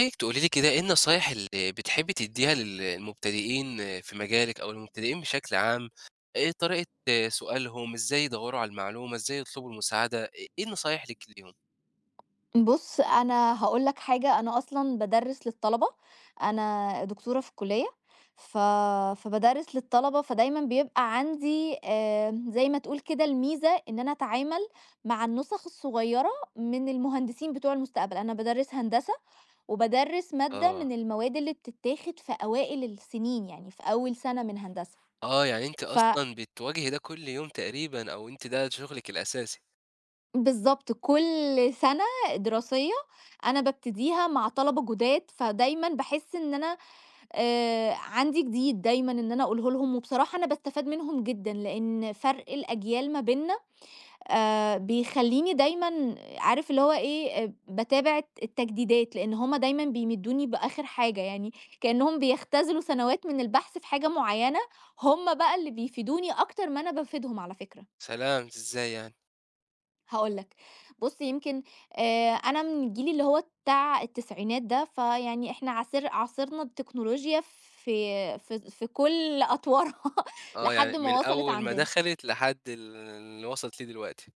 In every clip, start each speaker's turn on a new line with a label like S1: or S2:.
S1: إنِّك تقولي لي كده إيه النصايح اللي بتحبّي تدّيها للمبتدئين في مجالِك أو للمبتدئين بشكل عام، طريقة سؤالهم، إزاي يدوّروا على المعلومة، إزاي يطلبوا المساعدة، إيه النصايح ليكِ ليهم؟
S2: بُص، أنا هاقول لك حاجة. أنا أصلًا بادرّس للطلبة، أنا دكتورة في الكلية، ف فبادرّس للطلبة. فدايمًا بيبقى عندي زي ما تقول كده الميزة إن أنا أتعامل مع النُسَخ الصغيرة من المهندسين بتوع المستقبل. أنا بادرّس هندسة، وبادرّس مادة
S1: آه.
S2: من المواد اللي بتتاخد في أوائل السنين، يعني في أول سنة من هندسة.
S1: آه، يعني أنتِ
S2: ف
S1: أصلًا بتواجهي ده كل يوم تقريبًا أو أنتِ ده شغلِك الأساسي.
S2: بالضبط، كل سنة دراسية أنا بابتديها مع طلبة جُداد. فدايمًا باحس إن أنا عندي جديد دايمًا إن أنا أقوله لهم. وبصراحة أنا باستفاد منهم جدًا، لإن فرق الأجيال ما بيننا بيخلّيني دايمًا عارف اللي هو إيه. باتابع التجديدات، لإن هم دايمًا بيمدّوني بآخر حاجة، يعني كإنّهم بيختزلوا سنوات من البحث في حاجة معيّنة. هم بقى اللي بيفيدوني أكتر ما أنا بافيدهم على فكرة.
S1: سلام! إزاي يعني؟
S2: هاقول لك. بُص يمكن أنا من الجيل اللي هو بتاع التسعينات ده، فيعني إحنا عاصرنا التكنولوجيا في كل أطوارها
S1: آه،
S2: لحد
S1: يعني من
S2: ما وصلت
S1: أول ما
S2: عندنا.
S1: دخلِت لحد اللي وصلِت ليه دلوقتي.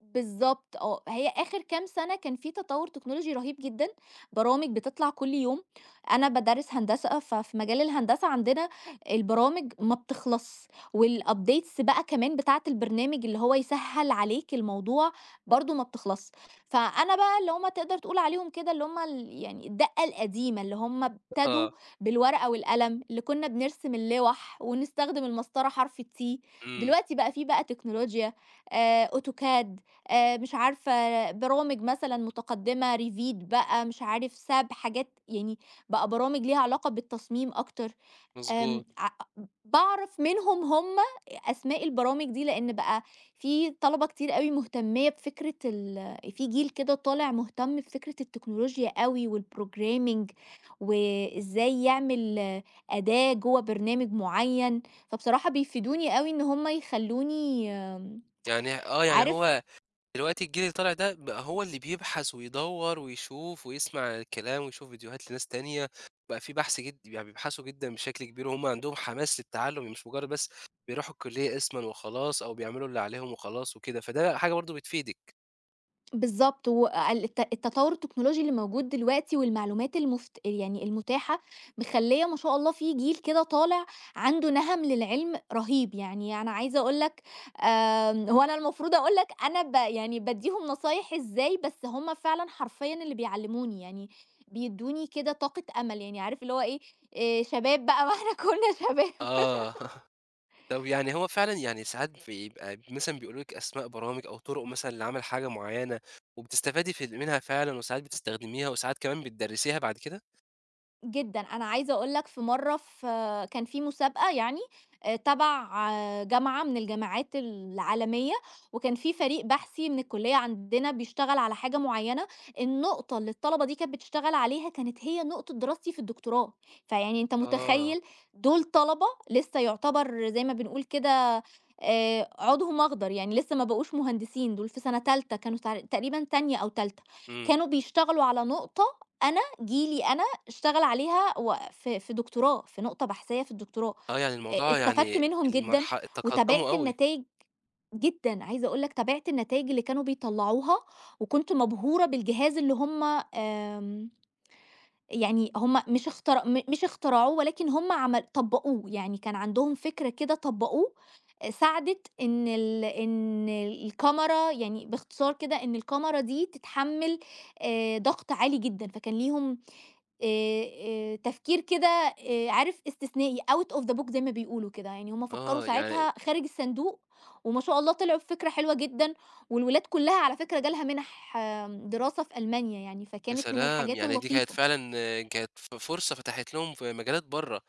S2: بالضبط آه، هي آخر كام سنة كان في تطوّر تكنولوجي رهيب جدًا. برامج بتطلع كل يوم. أنا بادرّس هندسة، ففي مجال الهندسة عندنا البرامج ما بتخلصش، والupdates بقى كمان بتاعة البرنامج اللي هو يسهّل عليك الموضوع برضه ما بتخلصش. فأنا بقى اللي هم تقدر تقول عليهم كده اللي هم يعني الدقة القديمة، اللي هم ابتدوا
S1: آه،
S2: بالورقة والقلم، اللي كنا بنرسم اللوح ونستخدم المسطرة حرف T.
S1: إمم،
S2: دلوقتي بقى في تكنولوجيا، AutoCAD، مش عارفة برامج مثلًا متقدمة Revit بقى، مش عارف SAP، حاجات يعني بقى برامج ليها علاقة بالتصميم أكتر.
S1: مضبوط.
S2: آمم ع باعرف منهم هم أسماء البرامج دي، لإن بقى في طلبة كتير أوي مهتمية بفكرة في جيل كده طالع مهتم بفكرة التكنولوجيا أوي والprogramming وإزاي يعمل آه، أداة جوّه برنامج معيّن. فبصراحة بيفيدوني أوي إن هم يخلّوني
S1: يعني آه، يعني
S2: عارف.
S1: هو دلوقتي الجيل اللي طالع ده بقى هو اللي بيبحث ويدوّر ويشوف ويسمع الكلام ويشوف فيديوهات لناس تانية، بقى في بحث جد، يعني بيبحثوا جدًا بشكل كبير وهُم عندهم حماس للتعلُّم، مش مجرّد بس بيروحوا الكلية اسمًا وخلاص أو بيعملوا اللي عليهم وخلاص وكده، فده حاجة برضه بتفيدِك.
S2: بالضبط، والت التطوّر التكنولوجي اللي موجود دلوقتي والمعلومات يعني المتاحة، مخلّية ما شاء الله في جيل كده طالع عنده نَهَم للعلم رهيب. يعني أنا عايزة أقول لك، هو أنا المفروض أقول لك أنا يعني بادّيهم نصايح إزاي، بس هم فعلًا حرفيًا اللي بيعلّموني. يعني بيدّوني كده طاقة أمل، يعني عارف اللي هو إيه. شباب بقى ما إحنا كُنّا شباب.
S1: آه. طب يعني هو فعلًا يعني ساعات بيبقى مثلًا بيقولوا لِك أسماء برامج أو طُرق مثلًا لعمل حاجة معيّنة وبتستفادي في منها فعلًا وساعات بتستخدميها وساعات كمان بتدرّسيها بعد كده؟
S2: جدًا، أنا عايزة أقول لك في مرّة كان في مسابقة يعني تبع آه، جامعة من الجامعات العالمية. وكان في فريق بحثي من الكلية عندنا بيشتغل على حاجة معيّنة. النقطة اللي الطلبة دي كانت بتشتغل عليها كانت هي نقطة دراستي في الدكتوراه. فيعني أنت
S1: آه.
S2: متخيّل، دول طلبة لسه يعتبر زي ما بنقول كده عودهم أخضر، يعني لسه ما بقوش مهندسين. دول في سنة تالتة كانوا، تقريبًا تانية أو تالتة.
S1: إمم.
S2: كانوا بيشتغلوا على نقطة أنا جيلي أنا اشتغل عليها، و في دكتوراه، في نقطة بحثية في الدكتوراه.
S1: آه، يعني الموضوع
S2: استفدت
S1: يعني
S2: منهم جدًا،
S1: المرح تقدّموا
S2: وتابعت
S1: أوي.
S2: النتايج. جدًا، عايزة أقول لك تابعت النتايج اللي كانوا بيطلّعوها، وكنت مبهورة بالجهاز اللي هُم يعني هُم مش اخترعوه، ولكن هُم طبّقوه. يعني كان عندهم فكرة كده طبّقوه. ساعدت إن إن الكاميرا، يعني باختصار كده إن الكاميرا دي تتحمّل ضغط عالي جدًا. فكان ليهم آآ، تفكير كده عارف، استثنائي، out of the box، زي ما بيقولوا كده، يعني هُم فكّروا
S1: آه، يعني
S2: ساعتها خارج الصندوق. وما شاء الله طلعوا بفكرة حلوة جدًا. والولاد كلّها على فكرة جالها مِنَح دراسة في ألمانيا يعني،
S1: يا
S2: فكانت من
S1: سلام!
S2: الحاجات
S1: يعني دي كانت
S2: اللطيفة.
S1: فعلًا كانت فرصة فتحت لهم في مجالات برّه.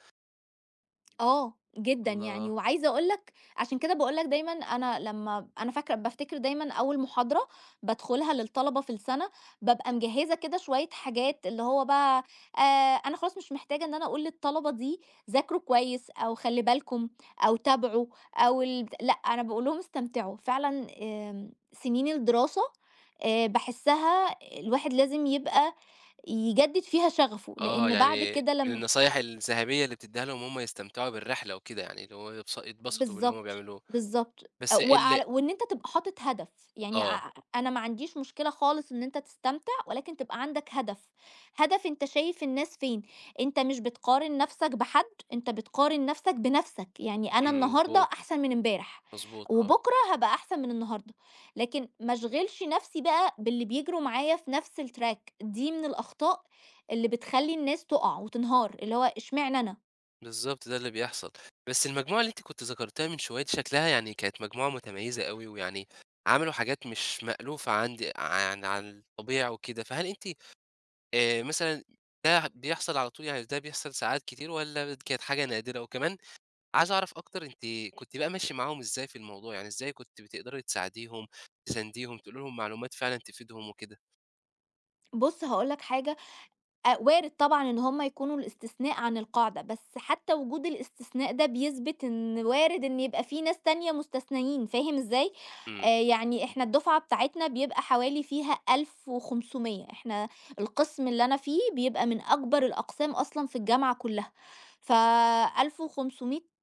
S2: آه، جدًا يعني.
S1: الله!
S2: وعايزة أقول لك عشان كده باقول لك دايمًا أنا، لمّا أنا فاكرة بافتكر دايمًا أول محاضرة بادخلها للطلبة في السَنة. بابقى مجهّزة كده شوية حاجات اللي هو بقى، آآ أنا خلاص مش محتاجة إن أنا أقول للطلبة دي ذاكروا كويس، أو خلّي بالكم، أو تابعوا، أو لأ. أنا باقول لهم استمتعوا. فعلًا سنين الدراسة باحسّها الواحد لازم يبقى يجدِّد فيها شغفه،
S1: آه،
S2: لإن بعد
S1: يعني
S2: كده
S1: من
S2: لم
S1: النصايح الذهبية اللي بتدّيها لهم وهُم يستمتعوا بالرحلة وكده، يعني اللي هو يبس يتبسطوا باللي هُم
S2: بالضبط،
S1: بيعملوه.
S2: بالضبط. أ
S1: بس ال
S2: وعل وإن أنت تبقى حاطط هدف. يعني
S1: آه،
S2: أنا ما عنديش مشكلة خالص إن أنت تستمتع، ولكن تبقى عندك هدف. هدف أنت شايف الناس فين. أنت مش بتقارن نَفْسك بحد، أنت بتقارن نَفْسك بنَفْسك، يعني أنا
S1: إمم،
S2: النهارده
S1: مضبوط،
S2: أحسن من امبارح،
S1: مضبوط آه،
S2: وبُكرة هابقى أحسن من النهارده. لكن ما أشغلش نَفْسي بقى باللي بيجروا معايا في نَفْس الtrack دي من الأخطاء اللي بتخلّي الناس تُقع وتنهار، اللي هو إشمعنى أنا؟
S1: بالضبط ده اللي بيحصل. بس المجموعة اللي أنتِ كنتِ ذكرتيها من شوية دي شكلها يعني كانت مجموعة متميزة أوي، ويعني عملوا حاجات مش مألوفة عندي عن الطبيعي وكده، فهل أنتِ مثلًا ده بيحصل على طول، يعني ده بيحصل ساعات كتير والّا كانت حاجة نادرة؟ وكمان عايز أعرف أكتر، أنتِ كنتِ بقى ماشية معاهم إزاي في الموضوع، يعني إزاي كنتِ بتقدري تساعديهم، تسانديهم، تقولي لهم معلومات فعلًا تفيدهم وكده؟
S2: بُص هاقول لك حاجة وارد طبعًا إن هم يكونوا الاستثناء عن القاعدة، بس حتى وجود الاستثناء ده بيثبت إن وارد إن يبقى في ناس تانية مستثنيين، فاهم إزاي؟
S1: إمم،
S2: يعني إحنا الدفعة بتاعتنا بيبقى حوالي فيها 1500. إحنا القسم اللي أنا فيه بيبقى من أكبر الأقسام أصلًا في الجامعة كلها. ف1500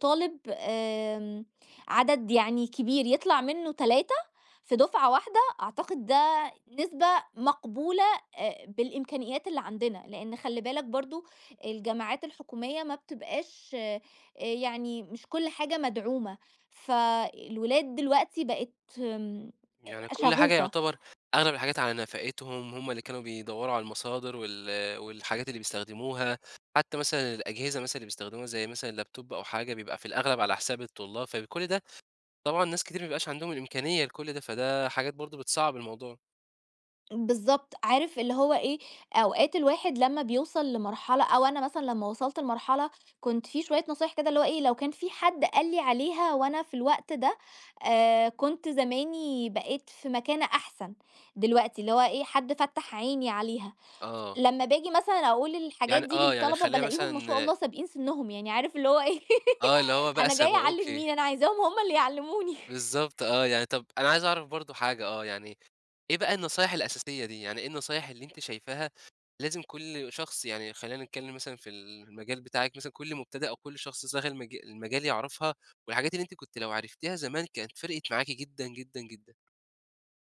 S2: طالب عدد يعني كبير، يطلع منه 3 في دفعة واحدة. أعتقد ده نسبة مقبولة بالإمكانيات اللي عندنا، لإن خلّي بالك برضه الجامعات الحكومية ما بتبقاش يعني مش كل حاجة مدعومة. فالولاد دلوقتي بقت آمم،
S1: يعني كل حاجة
S2: شغوفة.
S1: يعتبر أغلب الحاجات على نفقتهم، هم اللي كانوا بيدوّروا على المصادر والحاجات اللي بيستخدموها، حتى مثلًا الأجهزة مثلًا اللي بيستخدموها زي مثلًا لابتوب أو حاجة بيبقى في الأغلب على حساب الطلاب، فكل ده طبعًا ناس كتير ما بيبقاش عندهم الإمكانية لكل ده، فده حاجات برضه بتصعّب الموضوع.
S2: بالضبط، عارف اللي هو إيه. أوقات الواحد لمّا بيوصل لمرحلة، أو أنا مثلًا لمّا وصلت لمرحلة كنت في شوية نصايح كده اللي هو إيه، لو كان في حد قال لي عليها وأنا في الوقت ده كنت زماني بقيت في مكانة أحسن دلوقتي. اللي هو إيه، حد فتّح عيني عليها.
S1: آه.
S2: لمّا باجي مثلًا أقول الحاجات
S1: يعني
S2: دي
S1: آه، يعني
S2: للطلبة
S1: خلّيها
S2: بالاقيهم ما شاء
S1: مثلًا
S2: الله سابقين سنهم. يعني عارف اللي هو إيه،
S1: آه، اللي هو بقى
S2: أنا جاية
S1: سابقوكِ،
S2: أعلّم مين، أنا عايزاهم هم اللي يعلّموني.
S1: بالضبط آه، يعني طَب أنا عايز أعرف برضه حاجة آه، يعني إيه بقى النصايح الأساسية دي، يعني إيه النصايح اللي أنتِ شايفاها لازم كل شخص يعني خلّينا نتكلم مثلًا في المجال بتاعِك مثلًا كل مبتدئ أو كل شخص داخل المجال يعرفها، والحاجات اللي أنتِ كنت لو عرفتيها زمان كانت فرقِت معاكِ جدًا، جدًا، جدًا؟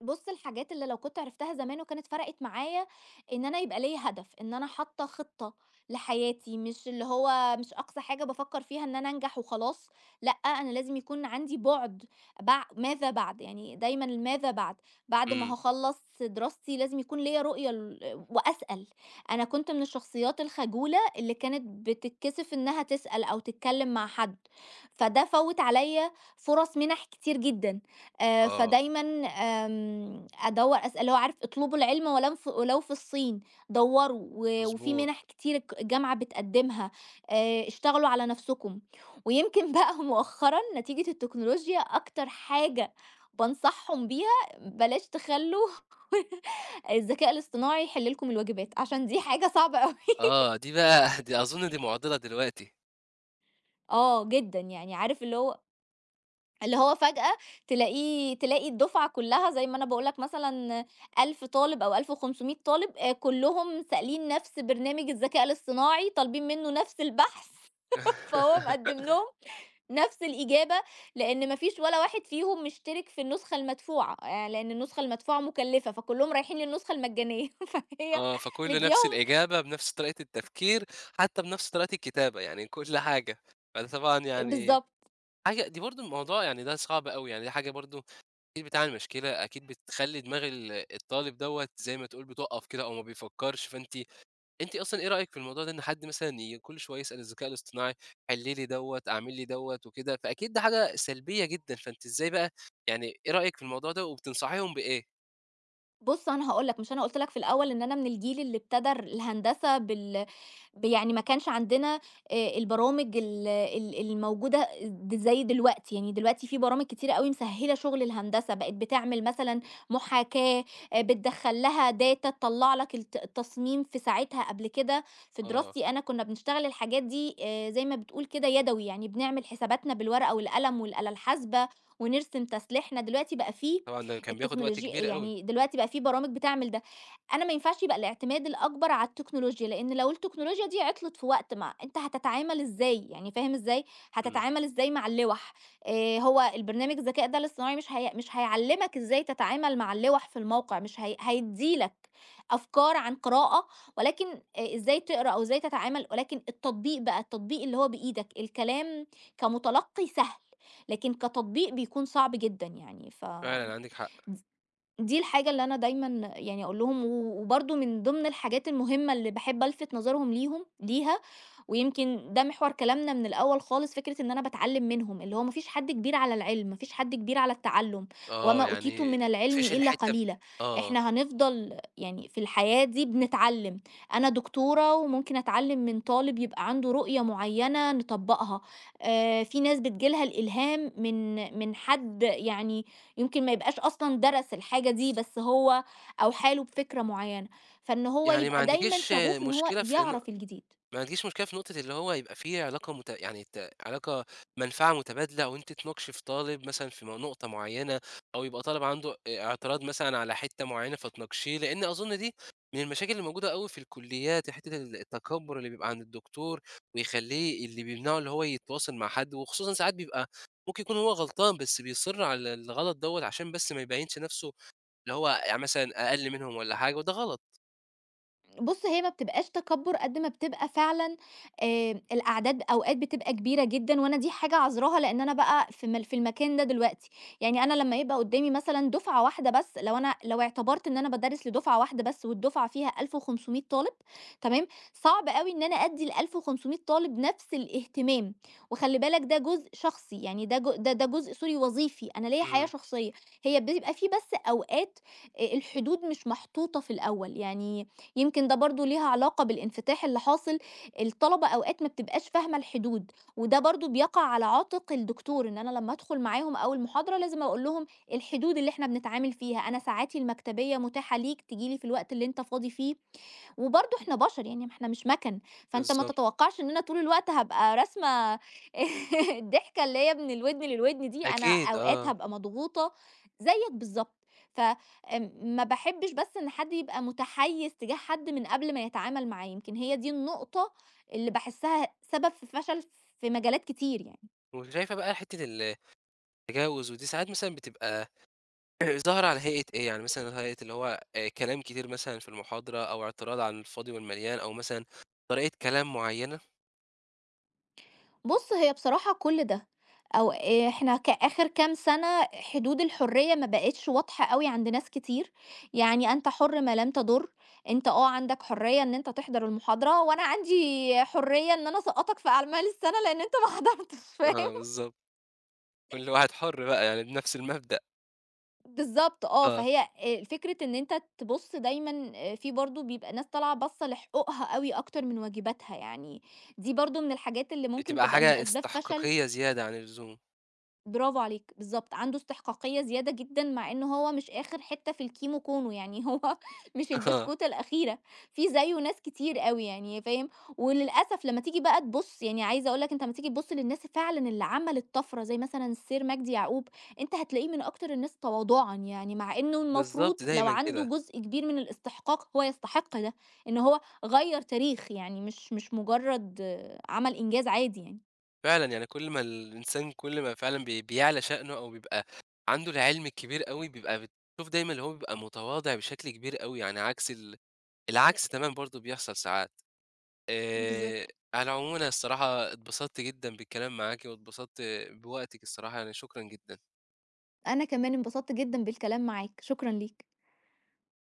S2: بُص، الحاجات اللي لو كنت عرفتها زمان وكانت فرقت معايا، إن أنا يبقى ليّا هدف، إن أنا حاطة خطة لحياتي، مش اللي هو مش أقصى حاجة بافكر فيها إن أنا أنجح وخلاص. لأ، أنا لازم يكون عندي بُعد، ماذا بعد، يعني دايمًا الماذا بعد. بعد ما
S1: إمم،
S2: هاخلّص دراستي لازم يكون ليّا رؤية وأسأل. أنا كنت من الشخصيات الخجولة اللي كانت بتتكسف إنها تسأل أو تتكلم مع حد، فده فوّت عليّا فُرص مِنَح كتير جدًا.
S1: آه،
S2: فدايمًا أدوّر اللي هو عارف، اطلبوا العلم ولو ولو في الصين. دوّروا، وفي
S1: مضبوط،
S2: مِنَح كتير الجامعة بتقدّمها. اشتغلوا على نَفْسكم. ويمكن بقى مؤخرًا نتيجة التكنولوجيا أكتر حاجة بانصحهم بيها، بلاش تخلّوا الذكاء الاصطناعي يحِل لكم الواجبات، عشان دي حاجة صعبة أوي.
S1: آه، دي بقى دي أظن دي معضلة دلوقتي.
S2: آه، جدًا، يعني عارف اللي هو، اللي هو فجأة تلاقيه، تلاقي الدفعة كلها زي ما أنا باقول لك مثلًا 1000 طالب أو 1500 طالب كلّهم سائلين نفس برنامج الذكاء الاصطناعي، طالبين منّه نفس البحث. فهو مقدّم لهم نفس الإجابة، لإن ما فيش ولا واحد فيهم مشترك في النسخة المدفوعة، لإن النسخة المدفوعة مكلّفة، فكلّهم رايحين للنسخة المجانية. فهي
S1: آه، فكُلّه نفس
S2: مدّياهم
S1: الإجابة، بنفس طريقة التفكير، حتى بنفس طريقة الكتابة، يعني كل حاجة. فده طبعًا يعني
S2: بالضبط.
S1: حاجة، دي برضه الموضوع يعني ده صعب أوي، يعني دي حاجة برضه أكيد بتعمل مشكلة، أكيد بتخلّي دماغ الطالب دوّة زي ما تقول بتُقَّف كده أو ما بيفكّرش، أنتِ أصلًا إيه رأيِك في الموضوع ده إن حد مثلًا كل شوية يسأل الذكاء الاصطناعي حِلّ لي دوّة، اعمل لي دوّة وكده، فأكيد ده حاجة سلبية جدًا، فأنتِ إزاي بقى يعني إيه رأيِك في الموضوع ده وبتنصحيهم بإيه؟
S2: بُص، أنا هاقول لك، مش أنا قُلت لك في الأول إن أنا من الجيل اللي ابتدى الهندسة ب يعني ما كانش عندنا البرامج ال ال الموجودة زي دلوقتي. يعني دلوقتي في برامج كتيرة أوي مسهّلة شغل الهندسة، بقت بتعمل مثلًا محاكاة، بتدخّل لها data تطلّع لك التصميم في ساعتها. قبل كده في
S1: آه،
S2: دراستي أنا كُنّا بنشتغل الحاجات دي زي ما بتقول كده يدوي، يعني بنعمل حساباتنا بالورقة والقلم والآلة الحاسبة ونرسم تسليحنا. دلوقتي بقى في
S1: طبعًا ده كان بياخد وقت
S2: التكنولوجي،
S1: كبير أوي.
S2: يعني دلوقتي بقى في برامج بتعمل ده. أنا ما ينفعش يبقى الاعتماد الأكبر على التكنولوجيا، لإن لو التكنولوجيا دي عطلت في وقت ما، أنت هتتعامل إزاي؟ يعني فاهم إزاي؟
S1: إمم،
S2: هتتعامل إزاي مع اللوح؟ هو البرنامج الذكاء ده الاصطناعي، مش هيعلّمك إزاي تتعامل مع اللوح في الموقع، مش هي هيدّي لك أفكار عن قراءة، ولكن إزاي تقرا أو إزاي تتعامل، ولكن التطبيق بقى، التطبيق اللي هو بإيدك. الكلام كمتلقي سهل، لكن كتطبيق بيكون صعب جدًا يعني. ف
S1: فعلًا عندِك حق.
S2: دي الحاجة اللي أنا دايمًا يعني أقول لهم، و وبرضه من ضمن الحاجات المهمة اللي باحب ألفت نظرهم ليها، ويمكن ده محور كلامنا من الأول خالص، فكرة إن أنا باتعلم منهم، اللي هو ما فيش حد كبير على العلم، ما فيش حد كبير على التعلم، وما
S1: آه، يعني
S2: أوتيتم
S1: ما
S2: من العلم
S1: فيش
S2: إلا
S1: الحتّة ب
S2: قليلًا.
S1: آه،
S2: إحنا هنفضل يعني في الحياة دي بنتعلم. أنا دكتورة وممكن أتعلم من طالب يبقى عنده رؤية معينة نطبقها. في ناس بتيجي لها الإلهام من حد يعني يمكن ما يبقاش أصلًا درس الحاجة دي، بس هو أوحى له بفكرة معيّنة. فإن هو
S1: يعني ما
S2: يبقى دايمًا
S1: عندكيش
S2: شغوف إن هو
S1: مشكلة في ن
S2: يعرف الجديد.
S1: ما عندكيش مشكلة في نقطة اللي هو يبقى في علاقة مت يعني ت علاقة منفعة متبادلة وأنتِ تناقشي في طالب مثلًا في نقطة معيّنة أو يبقى طالب عنده اعتراض مثلًا على حتّة معيّنة فتناقشيه، لإن أظن دي من المشاكل اللي موجودة أوي في الكليات، حتّة التكبُّر اللي بيبقى عند الدكتور ويخلّيه، اللي بيمنعه اللي هو يتواصل مع حد، وخصوصًا ساعات بيبقى ممكن يكون هو غلطان، بس بيصِر على الغلط دوّة عشان بس ما يبيّنش نَفْسه اللي هو يعني مثلًا أقل منهم والّا حاجة، وده غلط.
S2: بُص، هي ما بتبقاش تكبُّر قد ما بتبقى فعلًا الأعداد أوقات بتبقى كبيرة جدًا، وأنا دي حاجة عاذراها لإن أنا بقى في في المكان ده دلوقتي. يعني أنا لمّا يبقى قدّامي مثلًا دُفعة واحدة بس، لو أنا لو اعتبرت إن أنا بادرّس لدُفعة واحدة بس والدُفعة فيها 1500 طالب، تمام، صعب أوي إن أنا أدّي ال1500 طالب نفس الاهتمام. وخلّي بالك ده جزء شخصي، يعني ده جو ده ده جزء سوري وظيفي، أنا ليّا حياة
S1: إمم،
S2: شخصية. هي بيبقى في بس أوقات الحدود مش محطوطة في الأول، يعني يمكن ده برضه ليها علاقة بالانفتاح اللي حاصل. الطلبة أوقات ما بتبقاش فاهمة الحدود، وده برضه بيقع على عاتق الدكتور، إن أنا لمّا أدخل معاهم أول محاضرة لازم أقول لهم الحدود اللي إحنا بنتعامل فيها. أنا ساعاتي المكتبية متاحة ليك، تيجي لي في الوقت اللي أنت فاضي فيه، وبرضه إحنا بشر يعني، ما إحنا مش مَكَن. فأنت ما
S1: بالضبط.
S2: تتوقعش إن أنا طول الوقت هابقى راسمة الضحكة اللي هي من الودن للودن دي، أنا
S1: أكيد
S2: أوقات
S1: آه.
S2: هابقى مضغوطة زيك بالضبط. ف ما باحبش بس إن حد يبقى متحيز تجاه حد من قبل ما يتعامل معاه، يمكن هي دي النقطة اللي باحسها سبب في فشل في مجالات كتير يعني.
S1: وشايفة بقى حتّة التجاوز ودي ساعات مثلًا بتبقى ظاهرة على هيئة إيه، يعني مثلًا هيئة اللي هو كلام كتير مثلًا في المحاضرة أو اعتراض على الفاضي والمليان أو مثلًا طريقة كلام معيّنة.
S2: بُص، هي بصراحة كل ده، أو إيه، إحنا آخر كام سنة حدود الحرية ما بقِتش واضحة أوي عند ناس كتير، يعني أنت حُر ما لم تضُر. أنت آه عندك حرية إن أنت تحضر المحاضرة، وأنا عندي حرية إن أنا أسقّطك في أعمال السنة لإن أنت ما حضرتش.
S1: آه
S2: فاهم؟
S1: بالضبط. كل واحد حُر بقى يعني بنفس المبدأ.
S2: بالضبط آه،
S1: آه.
S2: فهي فكرة إن أنت تبُص دايمًا في برضه بيبقى ناس طالعة باصّة لحقوقها أوي أكتر من واجباتها، يعني دي برضه من الحاجات اللي ممكن
S1: بتبقى
S2: تبقى من
S1: حاجة
S2: أسباب فشل.
S1: استحقاقية زيادة عن اللزوم.
S2: برافو عليك، بالضبط، عنده استحقاقية زيادة جدًا، مع إنه هو مش آخر حتّة في الكيمو كونو، يعني هو مش
S1: آه.
S2: البسكوتة الأخيرة، في زيّه ناس كتير أوي يعني فاهم. وللأسف لمّا تيجي بقى تبُص، يعني عايزة أقول لك، أنت لمّا تيجي تبُص للناس فعلًا اللي عملت طَفرة زي مثلًا السير مجدي يعقوب، أنت هتلاقيه من أكتر الناس تواضعًا يعني، مع إنه المفروض
S1: بالضبط،
S2: لو
S1: دايمًا
S2: عنده
S1: كده.
S2: جزء كبير من الاستحقاق هو يستحق ده، إن هو غيّر تاريخ يعني، مش مجرد عمل إنجاز عادي يعني.
S1: فعلًا، يعني كل ما الإنسان، كل ما فعلًا بيعلى شأنه أو بيبقى عنده العلم الكبير أوي، بيبقى بتشوف دايمًا اللي هو بيبقى متواضع بشكل كبير أوي، يعني عكس العكس تمامًا برضه بيحصل ساعات. آآ،
S2: بالضبط.
S1: على العموم أنا الصراحة اتبسطت جدًا بالكلام معاكِ واتبسطت بوقتِك الصراحة، يعني شكرًا جدًا.
S2: أنا كمان انبسطت جدًا بالكلام معاك، شكرًا ليك.